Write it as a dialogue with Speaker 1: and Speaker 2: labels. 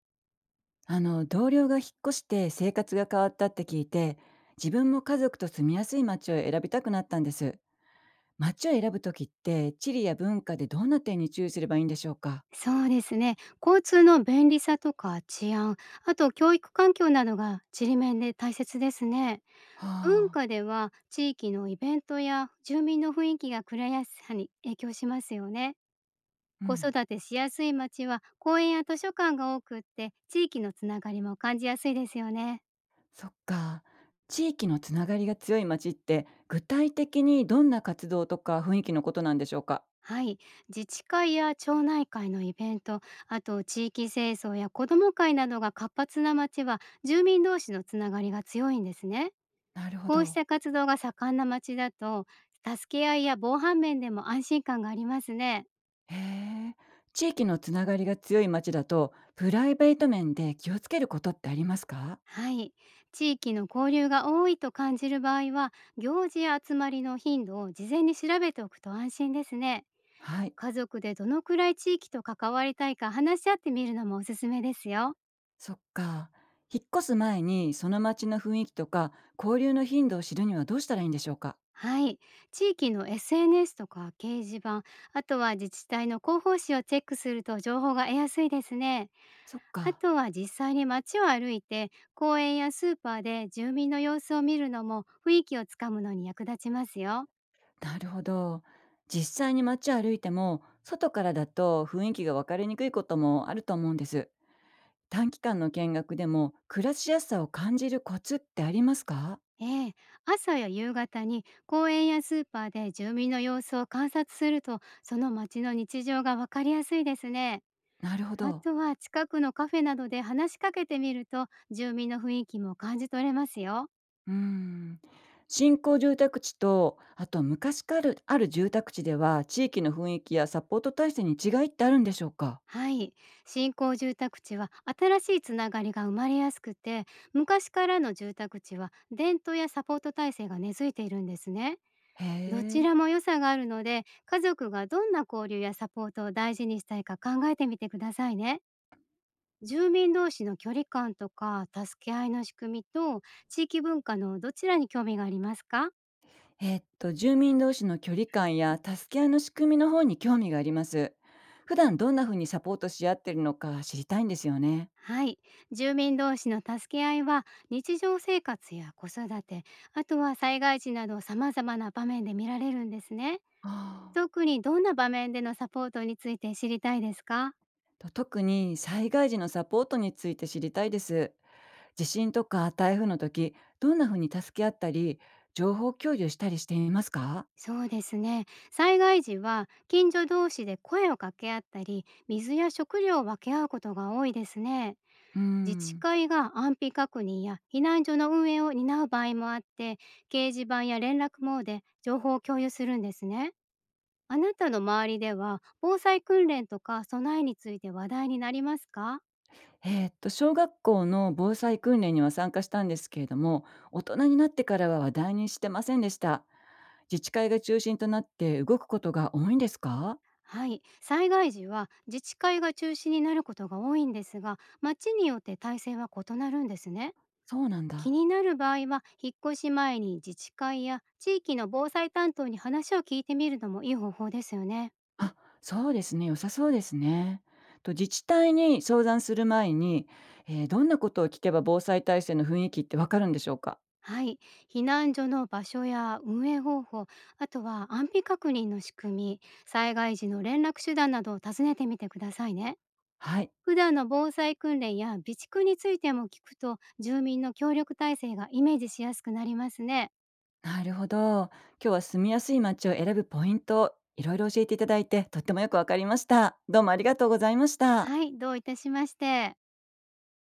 Speaker 1: あの同僚が引っ越して生活が変わったって聞いて、自分も家族と住みやすい街を選びたくなったんです。街を選ぶ時って地理や文化でどんな点に注意すればいいんでしょうか？
Speaker 2: そうですね。交通の便利さとか治安、あと教育環境などがちりめんで大切ですね。
Speaker 1: は
Speaker 2: 文化
Speaker 1: あ。
Speaker 2: では地域のイベントや住民の雰囲気が暮らしやすさに影響しますよね。
Speaker 1: う
Speaker 2: 子育
Speaker 1: ん。
Speaker 2: てしやすい街は公園や図書館が多くって地域のつながりも感じやすいですよね。
Speaker 1: そっか。地域のつながりが強い街って具体的にどんな活動とか雰囲気のことなんでしょうか？
Speaker 2: はい。自治会や町内会のイベント、あと地域清掃や子ども会などが活発な街は住民同士のつながりが強いんですね。
Speaker 1: なるほ
Speaker 2: こうし
Speaker 1: ど。
Speaker 2: た活動が盛んな町だと、助け合いや防犯面でも安心感がありますね。
Speaker 1: へえ。地域のつながりが強い街だとプライベート面で気をつけることってありますか？
Speaker 2: はい。地域の交流が多いと感じる場合は、行事や集まりの頻度を事前に調べておくと安心ですね。
Speaker 1: はい。
Speaker 2: 家族でどのくらい地域と関わりたいか話し合ってみるのもおすすめですよ。
Speaker 1: そっか。引っ越す前にその町の雰囲気とか交流の頻度を知るにはどうしたらいいんでしょうか？
Speaker 2: はい。地域の SNS とか掲示板、あとは自治体の広報誌をチェックすると情報が得やすいですね。
Speaker 1: そっ
Speaker 2: あ
Speaker 1: か。
Speaker 2: とは実際に街を歩いて公園やスーパーで住民の様子を見るのも雰囲気をつかむのに役立ちますよ。
Speaker 1: なるほど。実際に街を歩いても外からだと雰囲気が分かりにくいこともあると思うんです。短期間の見学でも暮らしやすさを感じるコツってありますか？
Speaker 2: ええ、朝や夕方に公園やスーパーで住民の様子を観察するとその街の日常がわかりやすいですね。
Speaker 1: なるほ
Speaker 2: あ
Speaker 1: ど。
Speaker 2: とは近くのカフェなどで話しかけてみると住民の雰囲気も感じ取れますよ。
Speaker 1: うーん。新興住宅地とあと昔からある住宅地では地域の雰囲気やサポート体制に違いってあるんでしょうか？
Speaker 2: はい。新興住宅地は新しいつながりが生まれやすくて、昔からの住宅地は伝統やサポート体制が根付いているんですね。
Speaker 1: へ
Speaker 2: どち
Speaker 1: え。
Speaker 2: らも良さがあるので、家族がどんな交流やサポートを大事にしたいか考えてみてくださいね。住民同士の距離感とか、助け合いの仕組みと、地域文化のどちらに興味がありますか？
Speaker 1: 住民同士の距離感や助け合いの仕組みの方に興味があります。普段どんな風にサポートし合ってるのか知りたいんですよね。
Speaker 2: はい、住民同士の助け合いは日常生活や子育て、あとは災害時など様々な場面で見られるんですね。
Speaker 1: ああ、
Speaker 2: 特にどんな場面でのサポートについて知りたいですか？
Speaker 1: 特に災害時のサポートについて知りたいです。地震とか台風の時、どんな風に助け合ったり、情報共有したりしていますか？
Speaker 2: そうですね。災害時は近所同士で声を掛け合ったり水や食料を分け合うことが多いですね。
Speaker 1: うー
Speaker 2: 自治
Speaker 1: ん。
Speaker 2: 会が安否確認や避難所の運営を担う場合もあって、掲示板や連絡網で情報を共有するんですね。あなたの周りでは防災訓練とか備えについて話題になりますか？
Speaker 1: 小学校の防災訓練には参加したんですけれども、大人になってからは話題にしてませんでした。自治会が中心となって動くことが多いんですか？
Speaker 2: はい、災害時は自治会が中心になることが多いんですが、町によって体制は異なるんですね。
Speaker 1: そうなん
Speaker 2: 気
Speaker 1: だ。
Speaker 2: になる場合は引っ越し前に自治会や地域の防災担当に話を聞いてみるのもいい方法ですよね。
Speaker 1: あ、そうですね。良さそうですね。自治体に相談する前に、どんなことを聞けば防災体制の雰囲気ってわかるんでしょうか？
Speaker 2: はい。避難所の場所や運営方法、あとは安否確認の仕組み、災害時の連絡手段などを尋ねてみてくださいね。
Speaker 1: はい。
Speaker 2: 普段の防災訓練や備蓄についても聞くと、住民の協力体制がイメージしやすくなりますね。
Speaker 1: なるほど。今日は住みやすい街を選ぶポイント、いろいろ教えていただいて、とってもよくわかりました。どうもありがとうございました。
Speaker 2: はい、どういたしまして。